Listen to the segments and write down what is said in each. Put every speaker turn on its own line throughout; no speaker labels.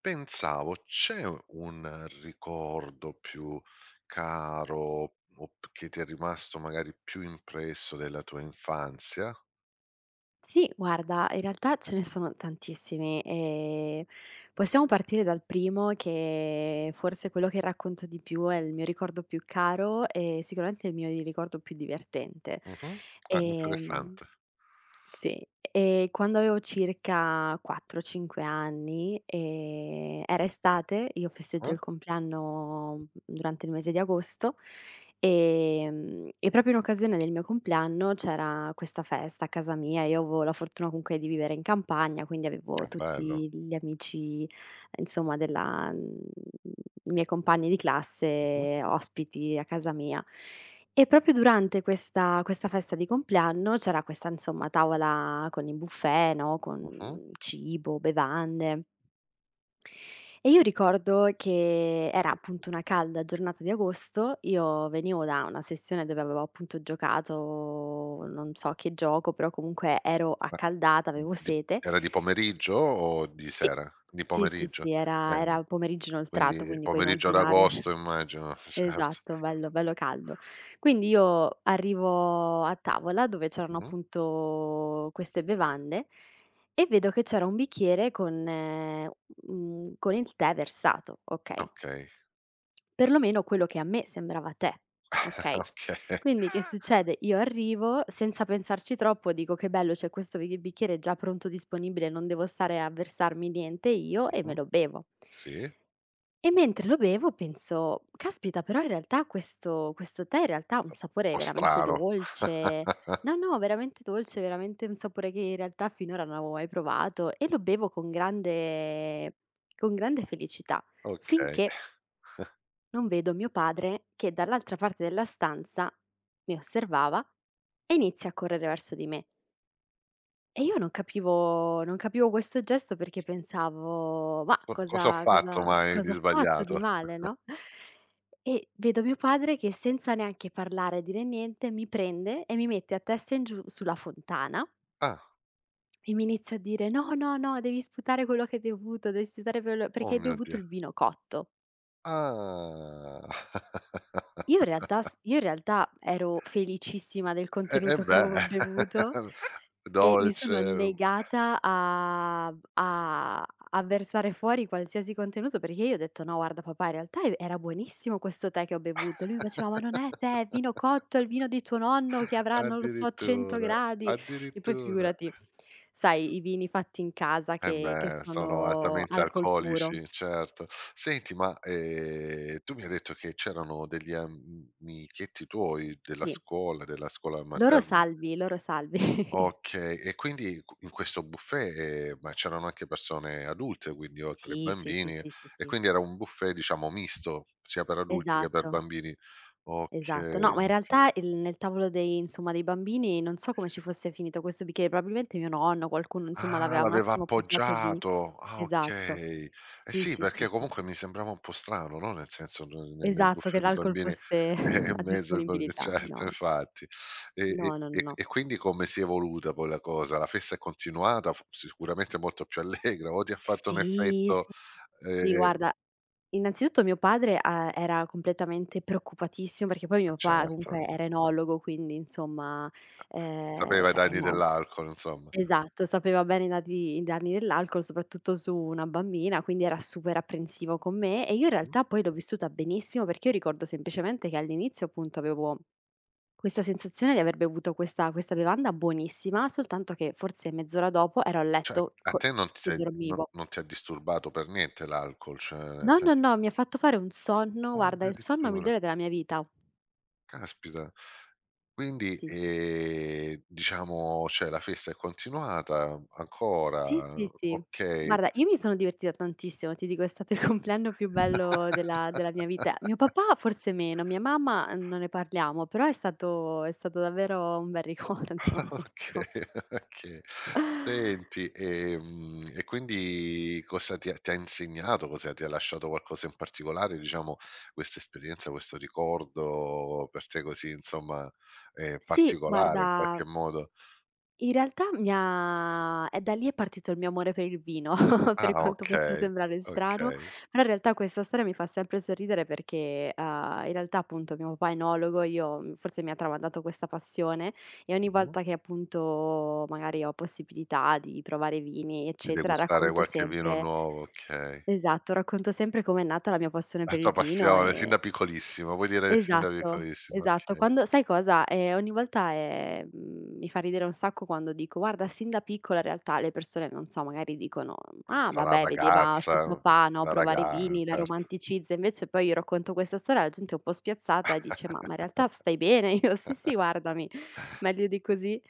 Pensavo, c'è un ricordo più caro o p che ti è rimasto magari più impresso della tua infanzia?
Sì, guarda, in realtà ce ne sono tantissimi, possiamo partire dal primo che forse è quello che racconto di più, è il mio ricordo più caro e sicuramente il mio ricordo più divertente.
Mh-mh. Ah,
Ehm
interessante.
sì, e quando avevo circa 4, 5 anni, era estate, io festeggio
Ah,
il compleanno durante il mese di agosto, e proprio in occasione del mio compleanno c'era questa festa a casa mia. Io avevo la fortuna comunque di vivere in campagna, quindi avevo
bello.
tutti gli amici, insomma, della i miei compagni di
Mh-mh,
classe ospiti a casa mia. E proprio durante questa festa di compleanno c'era questa, insomma, tavola con il buffet, no,
mh-mh.
con cibo, bevande. E io ricordo che era appunto una calda giornata di agosto, io venivo da una sessione dove avevo appunto giocato, non so che gioco, però comunque ero
Ma
accaldata, avevo
di
sete.
era di pomeriggio o di
Sì,
sera? Di
sì, sì,
pomeriggio.
sì, era
Ehm,
era pomeriggio inoltrato,
quindi
quindi puoi
pomeriggio ad
immaginare.
agosto immagino, certo.
Esatto, bello, bello caldo. Quindi io arrivo a tavola dove c'erano
Mh-mh,
appunto queste bevande e vedo che c'era un bicchiere con, con il tè versato, okay,
okay.
perlomeno quello che a me sembrava tè, okay.
Okay.
Quindi che succede? Io arrivo, senza pensarci troppo dico: "Che bello, c'è questo bi bicchiere già pronto disponibile, non devo stare a versarmi niente io", e me
Mh-mh,
lo bevo.
sì, un
E mentre lo bevo penso: "Caspita, però in realtà questo tè in realtà ha un sapore
po'
veramente
strano.
dolce", no, no, veramente dolce, veramente un sapore che in realtà finora non avevo mai provato, e lo bevo con grande felicità,
Okay.
finché non vedo mio padre che dall'altra parte della stanza mi osservava e inizia a correre verso di me. E io non capivo questo gesto perché pensavo: "Ma
Co cosa ho
cosa
fatto
cosa
mai di
cosa ho fatto di
sbagliato?
male?" No, e vedo mio padre che senza neanche parlare, dire niente, mi prende e mi mette a testa in giù sulla fontana
Ah.
e mi inizia a dire: "No, no, no, devi sputare quello che hai bevuto, devi sputare quello,
Oh
perché hai
mio
bevuto
Dio.
il vino cotto".
Ah.
Io in realtà ero felicissima del
E e
contenuto che
beh,
avevo bevuto. E mi
dolce.
sono negata a b a a versare fuori qualsiasi contenuto, perché io ho detto: "No, guarda papà, in realtà era buonissimo questo tè che ho bevuto." E lui mi faceva: "Ma non è tè, è vino cotto, è il vino di tuo nonno che avrà, non lo so, 100
Addirittura,
gradi." Che poi
addirittura.
figurati, sai, i vini fatti in casa
Eh
che
beh, sono
sono
altamente
alcol puro.
alcolici, certo. Senti, ma, tu mi hai detto che c'erano degli amichetti tuoi
Sì,
della scuola
loro
mater.
salvi, loro salvi.
Okay, e quindi q in questo buffet, ma c'erano anche persone adulte, quindi oltre ai
Sì, sì, sì,
bambini,
sì, sì,
e
sì.
quindi era un buffet diciamo misto, sia per adulti che per
Esatto.
bambini.
Esatto. No,
Okay,
ma in
okay.
realtà il nel tavolo dei, insomma, dei bambini non so come ci fosse finito questo bicchiere, probabilmente mio nonno, qualcuno insomma
Ah,
l'aveva un
l'aveva
attimo appoggiato lì.
appoggiato. Ah,
Esatto.
okay. Eh
Sì,
sì,
sì, sì,
perché
sì,
comunque
sì.
mi sembrava un po' strano, no, nel senso ne ne nel
Esatto, che
buffet dei
l'alcol
bambini,
fosse
in
a
mezzo ai bambi,
disponibilità.
certo,
No,
infatti. E e
no, no, no,
e
no.
e quindi come si è evoluta poi la cosa? La festa è continuata, f sicuramente molto più allegra o ti ha fatto un
Sì,
effetto?
sì,
eh,
sì,
eh,
guarda, innanzitutto mio padre, era completamente preoccupatissimo, perché poi
eh
mio papà
certo,
comunque era enologo, quindi insomma,
sapeva i
cioè
danni
eno
dell'alcol insomma.
Esatto, sapeva bene i danni dell'alcol, soprattutto su una bambina, quindi era super apprensivo con me, e io in
Mh?
realtà poi l'ho vissuta benissimo perché io ricordo semplicemente che all'inizio appunto avevo questa sensazione di aver bevuto questa bevanda buonissima, soltanto che forse mezz'ora dopo ero a
Cioè,
letto
a
co
te non ti
che
sei, no,
dormivo.
non ti ha disturbato per niente l'alcol, cioè nel
No, no,
senso
no, mi ha fatto fare un sonno, guarda, il sonno
addirittura,
migliore della mia vita.
caspita. Quindi,
Sì, sì, s
diciamo, cioè la festa è continuata
Sì,
ancora,
sì, sì.
okay.
Guarda, io mi sono divertita tantissimo, ti dico, è stato il compleanno più bello della mia vita. Mio papà forse meno, mia mamma non ne parliamo, però è stato davvero un bel ricordo,
Okay,
ecco.
okay. Senti, e quindi cosa ti ha insegnato? Cosa ti ha lasciato qualcosa in particolare, diciamo, questa esperienza, questo ricordo per te così, insomma,
Sì,
particolare in
guarda,
qualche modo?
in realtà mi ha, è da lì è partito il mio amore per il vino, per
Ah,
quanto possa
okay,
sembrare strano,
okay.
però in realtà questa storia mi fa sempre sorridere perché, in realtà appunto mio papà è enologo, io forse mi ha tramandato questa passione, e ogni
Mh-mh.
volta che appunto magari ho possibilità di provare vini,
Di
eccetera,
degustare
racconto
qualche vino
sempre,
nuovo, okay.
esatto, racconto sempre com'è nata la mia passione
La
per
tua
il vino.
passione, sin
E
da piccolissimo, vuoi dire sin da
esatto,
piccolissimo,
esatto.
okay.
Quando sai cosa? Ogni volta, mi fa ridere un sacco quando dico: "Guarda, sin da piccola in realtà le persone", non so, magari dicono:
Non
"Ah
so, la
vabbè, vedeva suo
ragazza,
papà, no,
la
provare i
raga,
vini, la
certo.
romanticizza." Invece poi io racconto questa storia, la gente è un po' spiazzata e dice: "Ma in realtà stai bene?" Io: "Sì, sì, guardami, meglio di così."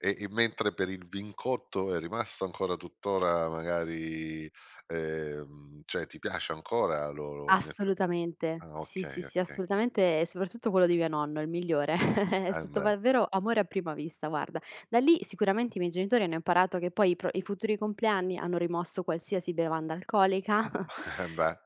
E e mentre per il vincotto è rimasto ancora tuttora magari cioè ti piace ancora lo
Assolutamente.
ah
Sì, sì,
okay,
sì,
okay.
assolutamente, e soprattutto quello di mio nonno, il migliore. È
Eh
stato
beh,
davvero amore a prima vista, guarda. Da lì sicuramente i miei genitori hanno imparato che poi i pro i futuri compleanni hanno rimosso qualsiasi bevanda alcolica.
eh beh,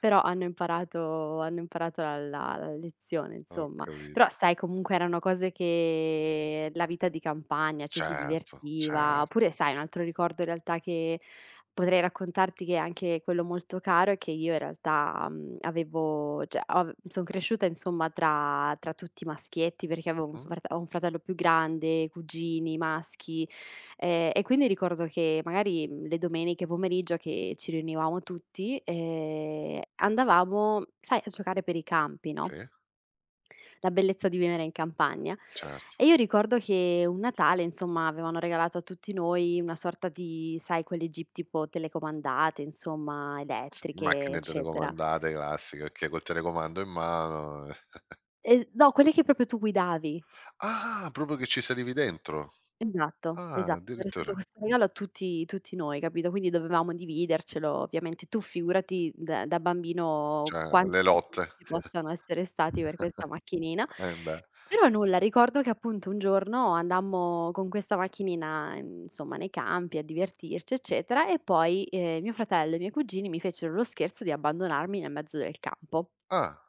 Però hanno imparato la lezione
ho
insomma. Però
capito.
sai, comunque erano cose che la vita di campagna, ci si
Certo,
divertiva.
certo.
Oppure sai, un altro ricordo in realtà che potrei raccontarti, che è anche quello molto caro, è che io in realtà, mhmm, avevo cioè av son cresciuta insomma tra tutti i maschietti perché avevo un
Mh-mh.
frate ho un fratello più grande, cugini maschi. E quindi ricordo che magari, le domeniche pomeriggio che ci riunivamo tutti, andavamo, sai, a giocare per i campi,
Sì,
no, la bellezza di vivere in campagna.
certo.
E io ricordo che un Natale, insomma, avevano regalato a tutti noi una sorta di, sai, quelle jeep tipo telecomandate, insomma, elettriche,
Macchine
eccetera.
telecomandate classiche, okay, col telecomando in mano. Eh.
E no, quelle che proprio tu guidavi.
Ah, proprio che ci salivi dentro?
Esatto,
Ah,
esatto. Era stato
addirittura.
questo regalo a tutti noi, capito, quindi dovevamo dividercelo. Ovviamente tu figurati da bambino
Cioè, le
quanti litigi
lotte.
ci possano essere stati per questa macchinina.
Eh beh.
Però nulla, ricordo che appunto un giorno andammo con questa macchinina, insomma, nei campi a divertirci, eccetera, e poi, mio fratello e i miei cugini mi fecero lo scherzo di abbandonarmi nel mezzo del campo.
Ah,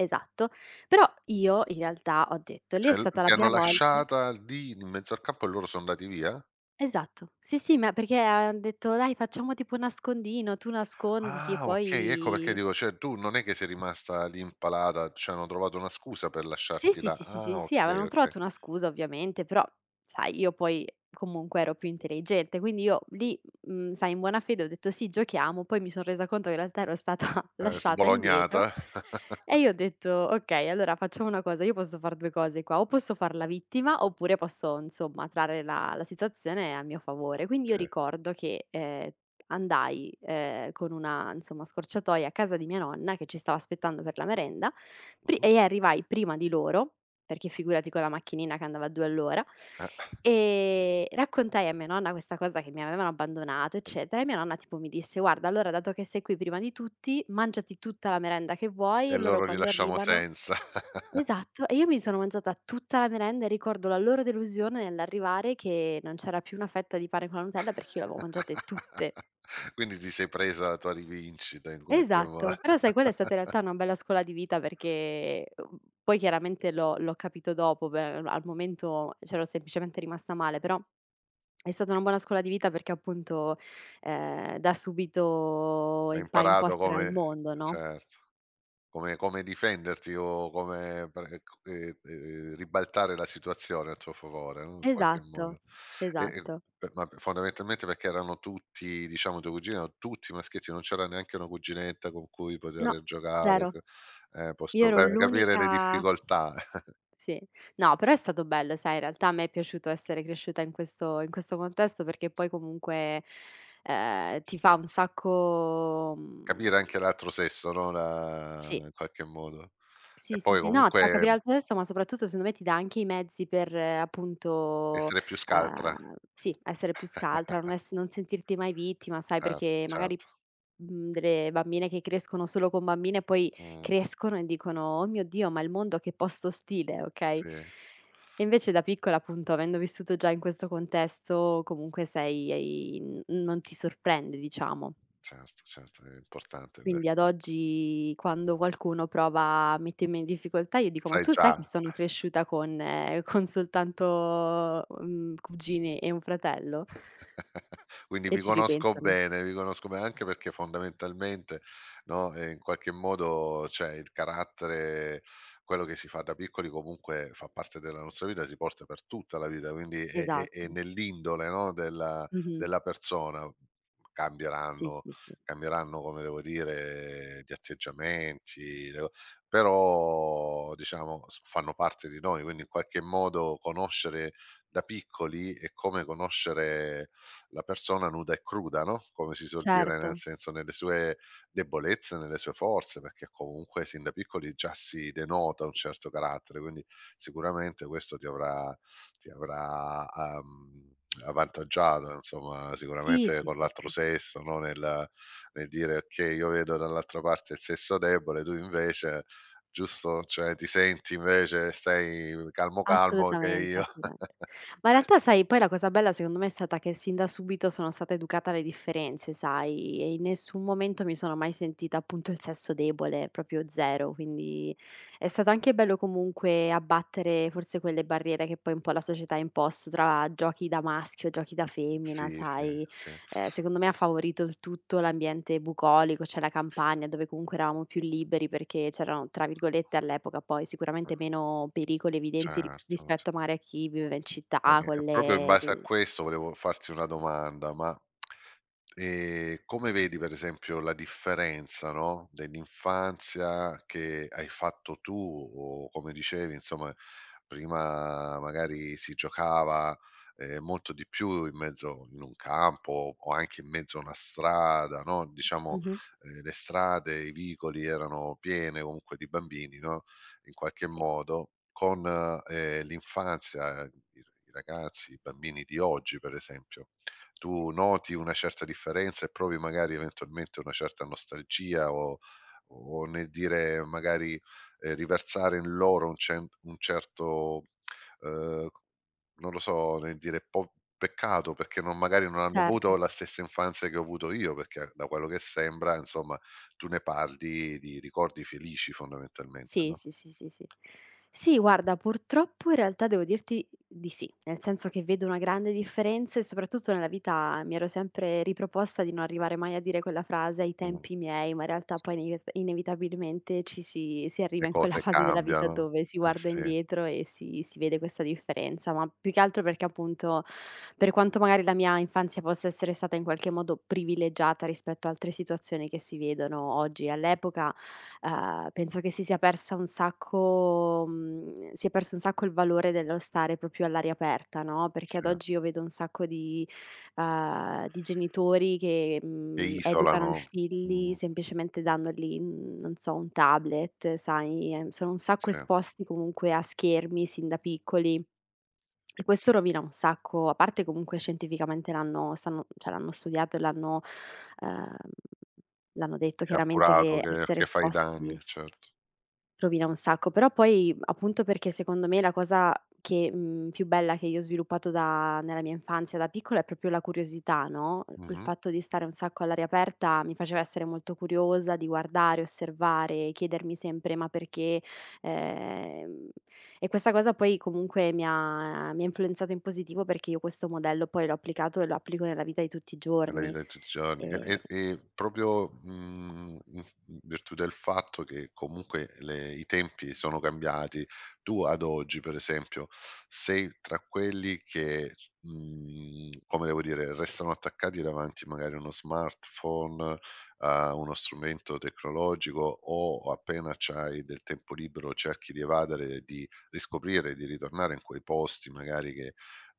Esatto. Però io in realtà ho detto lì è
cioè l
stata la
ti hanno
prima volta.
lasciata lì in mezzo al campo e loro son andati via?
Esatto. Sì, sì, ma perché han detto: "Dai, facciamo tipo un nascondino, tu nasconditi e
Ah, okay, ecco perché
poi"
dico, cioè tu non è che sei rimasta lì impalata, cioè hanno trovato una scusa per
sì,
lasciarti
sì,
là.
sì, sì, sì,
Ah,
sì,
okay,
avevano
okay.
trovato una scusa ovviamente, però sai io poi comunque ero più intelligente, quindi io lì, sai, in buona fede ho detto: "Sì, giochiamo." Poi mi son resa conto che in realtà ero stata lasciata indietro,
Sbolognata.
e io ho detto: "Okay, allora facciamo una cosa, io posso far 2 cose qua, o posso far la vittima oppure posso, insomma, trarre la situazione a mio favore." Quindi io
Sì.
ricordo che, andai, con una, insomma, scorciatoia a casa di mia nonna che ci stava aspettando per la merenda. Pri
Mh-mh.
E arrivai prima di loro, perché figurati con la macchinina che andava a 2 all'ora,
Eh,
raccontai a mia nonna questa cosa, che mi avevano abbandonato,
e
eccetera, e mia nonna tipo mi disse: "Guarda, allora dato che sei qui prima di tutti, mangiati tutta la merenda che vuoi,
e
e loro
loro li
quando
lasciamo
arrivano"
senza.
esatto, e io mi sono mangiata tutta la merenda e ricordo la loro delusione nell'arrivare che non c'era più una fetta di pane con la Nutella perché io le avevo mangiate tutte.
Quindi ti sei presa la tua rivincita in qualche mo.
Esatto, però sai, quella è stata in realtà una bella scuola di vita perché, poi chiaramente l'ho capito dopo, beh, al momento c'ero semplicemente rimasta male, però è stata una buona scuola di vita perché appunto, da subito
Hai
impari un po' a
imparato
stare al
come,
mondo, no?
certo. Come difenderti o come pre c ribaltare la situazione a tuo favore, no, in qualche
Esatto,
modo. E
esatto.
per ma fondamentalmente perché erano tutti diciamo i tuoi cugini erano tutti maschietti, non c'era neanche una cuginetta con cui
No,
poter giocare,
0.
s
Io
posso
ero
ca capire le
l'unica.
difficoltà,
Sì. No, però è stato bello, sai, in realtà a me è piaciuto essere cresciuta in questo contesto perché poi comunque, ti fa un sacco
capire anche l'altro sesso, no, la
sì,
in qualche modo. E
sì, sì,
poi
sì, no, ti fa
comunque
capire al testo, ma soprattutto secondo me ti dà anche i mezzi per appunto,
essere più scaltra,
sì, essere più scaltra, non sentirti mai vittima, sai,
certo,
perché magari,
certo.
delle bambine che crescono solo con bambine poi
Mh,
crescono e dicono: "Oh mio Dio, ma il mondo che posto ostile", okay?
sì,
E invece da piccola appunto, avendo vissuto già in questo contesto, comunque sei ei n non ti sorprende, diciamo.
certo, certo, è importante
Quindi
questo.
ad oggi quando qualcuno prova a mettermi in difficoltà io dico: "Ma
Sai
tu sai che
già.
sono cresciuta con soltanto, cugine e un fratello?"
Quindi
E ci ripensano.
vi conosco bene, anche perché fondamentalmente, no, in qualche modo, cioè il carattere, quello che si fa da piccoli comunque fa parte della nostra vita, si porta per tutta la vita, quindi è
Esatto.
nell'indole, no, della
Mh-mh.
persona.
Sì,
Cambieranno,
sì, sì.
cambieranno, come devo dire, gli atteggiamenti, le co però diciamo s fanno parte di noi, quindi in qualche modo conoscere da piccoli è come conoscere la persona nuda e cruda, no, come si suol dire,
Certo.
nel senso nelle sue debolezze, nelle sue forze, perché comunque sin da piccoli già si denota un certo carattere, quindi sicuramente questo ti avrà ti avrà, uhm, avvantaggiato insomma,
Sì,
sicuramente
sì,
con
sì,
l'altro
sì.
sesso, no, nel dire: "Okay, io vedo dall'altra parte il sesso debole, tu invece" giusto, cioè ti senti, invece stai calmo, calmo che
Assolutamente,
io
assolutamente. Ma in realtà sai, poi la cosa bella secondo me è stata che sin da subito sono stata educata alle differenze, sai, e in nessun momento mi sono mai sentita appunto il sesso debole, proprio 0, quindi è stato anche bello comunque abbattere forse quelle barriere che poi un po' la società ha imposto tra giochi da maschio, giochi da femmina,
sì, sì,
sai.
sì,
Secondo me ha favorito il tutto l'ambiente bucolico, cioè la campagna dove comunque eravamo più liberi perché c'erano, tra virgolette, all'epoca poi sicuramente meno pericoli evidenti ri
certo.
rispetto magari a chi viveva in città con
Proprio in
le
base a
l
questo volevo farti una domanda, ma, come vedi per esempio la differenza, no, dell'infanzia che hai fatto tu o come dicevi insomma prima magari si giocava, molto di più in mezzo in un campo o anche in mezzo a una strada, no, diciamo,
mh-mh,
le strade, i vicoli erano piene comunque di bambini, no? In qualche
sì,
modo con, l'infanzia, i ragazzi, i bambini di oggi per esempio, tu noti una certa differenza e provi magari eventualmente una certa nostalgia o nel dire magari, riversare in loro un certo, ehm, non lo so né dire, po peccato perché non magari non hanno
certo.
avuto la stessa infanzia che ho avuto io, perché da quello che sembra, insomma, tu ne parli di ricordi felici fondamentalmente,
Sì,
no?
sì, sì, sì, sì. Sì, guarda, purtroppo in realtà devo dirti di sì, nel senso che vedo una grande differenza e soprattutto nella vita mi ero sempre riproposta di non arrivare mai a dire quella frase ai
Mh,
tempi miei, ma in realtà poi inevitabilmente si
le
arriva in quella
cose
fase della vita
cambiano.
dove si
Eh
guarda
sì,
indietro e si vede questa differenza, ma più che altro perché appunto per quanto magari la mia infanzia possa essere stata in qualche modo privilegiata rispetto a altre situazioni che si vedono oggi all'epoca, penso che si sia persa un sacco si è perso un sacco il valore dello stare proprio all'aria aperta, no, perché
sì,
ad oggi io vedo un sacco di genitori che,
che
educano i
isolano. Mh,
figli semplicemente dandogli, non so, un tablet, sai, sono un sacco
sì,
esposti comunque a schermi sin da piccoli, e questo rovina un sacco, a parte comunque scientificamente l'hanno stanno cioè l'hanno studiato e l'hanno uhm, l'hanno detto
che è
chiaramente
appurato
che
che
essere
fa i danni,
esposti
certo.
rovina un sacco, però poi appunto perché secondo me la più bella che io ho sviluppato da nella mia infanzia da piccola è proprio la curiosità, no, il
Mh-mh.
fatto di stare un sacco all'aria aperta mi faceva essere molto curiosa di guardare, osservare, chiedermi sempre: "Ma perché?" Ehm, e questa cosa poi comunque mi ha influenzato in positivo perché io questo modello poi l'ho applicato e lo applico nella vita di tutti i
Nella
giorni,
vita di tutti i giorni. E
ehm
e proprio, mhmm, in virtù del fatto che comunque le i tempi sono cambiati, tu ad oggi, per esempio, sei tra quelli che, mhmm, come devo dire, restano attaccati davanti magari a uno smartphone, a uno strumento tecnologico o appena c'hai del tempo libero cerchi di evadere, di riscoprire, di ritornare in quei posti magari che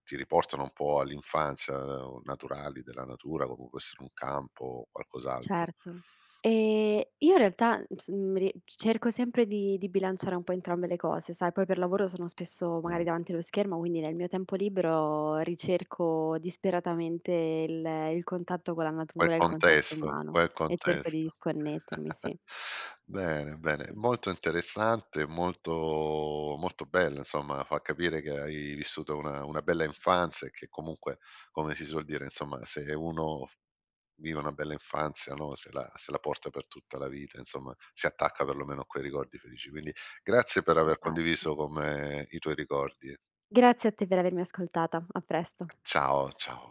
ti riportano un po' all'infanzia, naturali della natura, come può essere un campo o qualcos'altro.
Certo. Io in realtà, s mhmm, ri cerco sempre di bilanciare un po' entrambe le cose, sai, poi per lavoro sono spesso magari
Mh,
davanti allo schermo, quindi nel mio tempo libero ricerco disperatamente il contatto con la
quel
natura, il contatto
contesto,
umano,
quel
e cerco di
contesto.
disconnettermi, sì.
Bene, bene,
Sì,
molto interessante, molto molto bello insomma, fa capire che hai vissuto una bella infanzia e che comunque, come si suol dire, insomma, se uno vive una bella infanzia, no, se la porta per tutta la vita, insomma, si attacca perlomeno a quei ricordi felici. Quindi grazie per aver
esatto.
condiviso con me i tuoi ricordi.
Grazie a te per avermi ascoltata. A presto.
Ciao, ciao.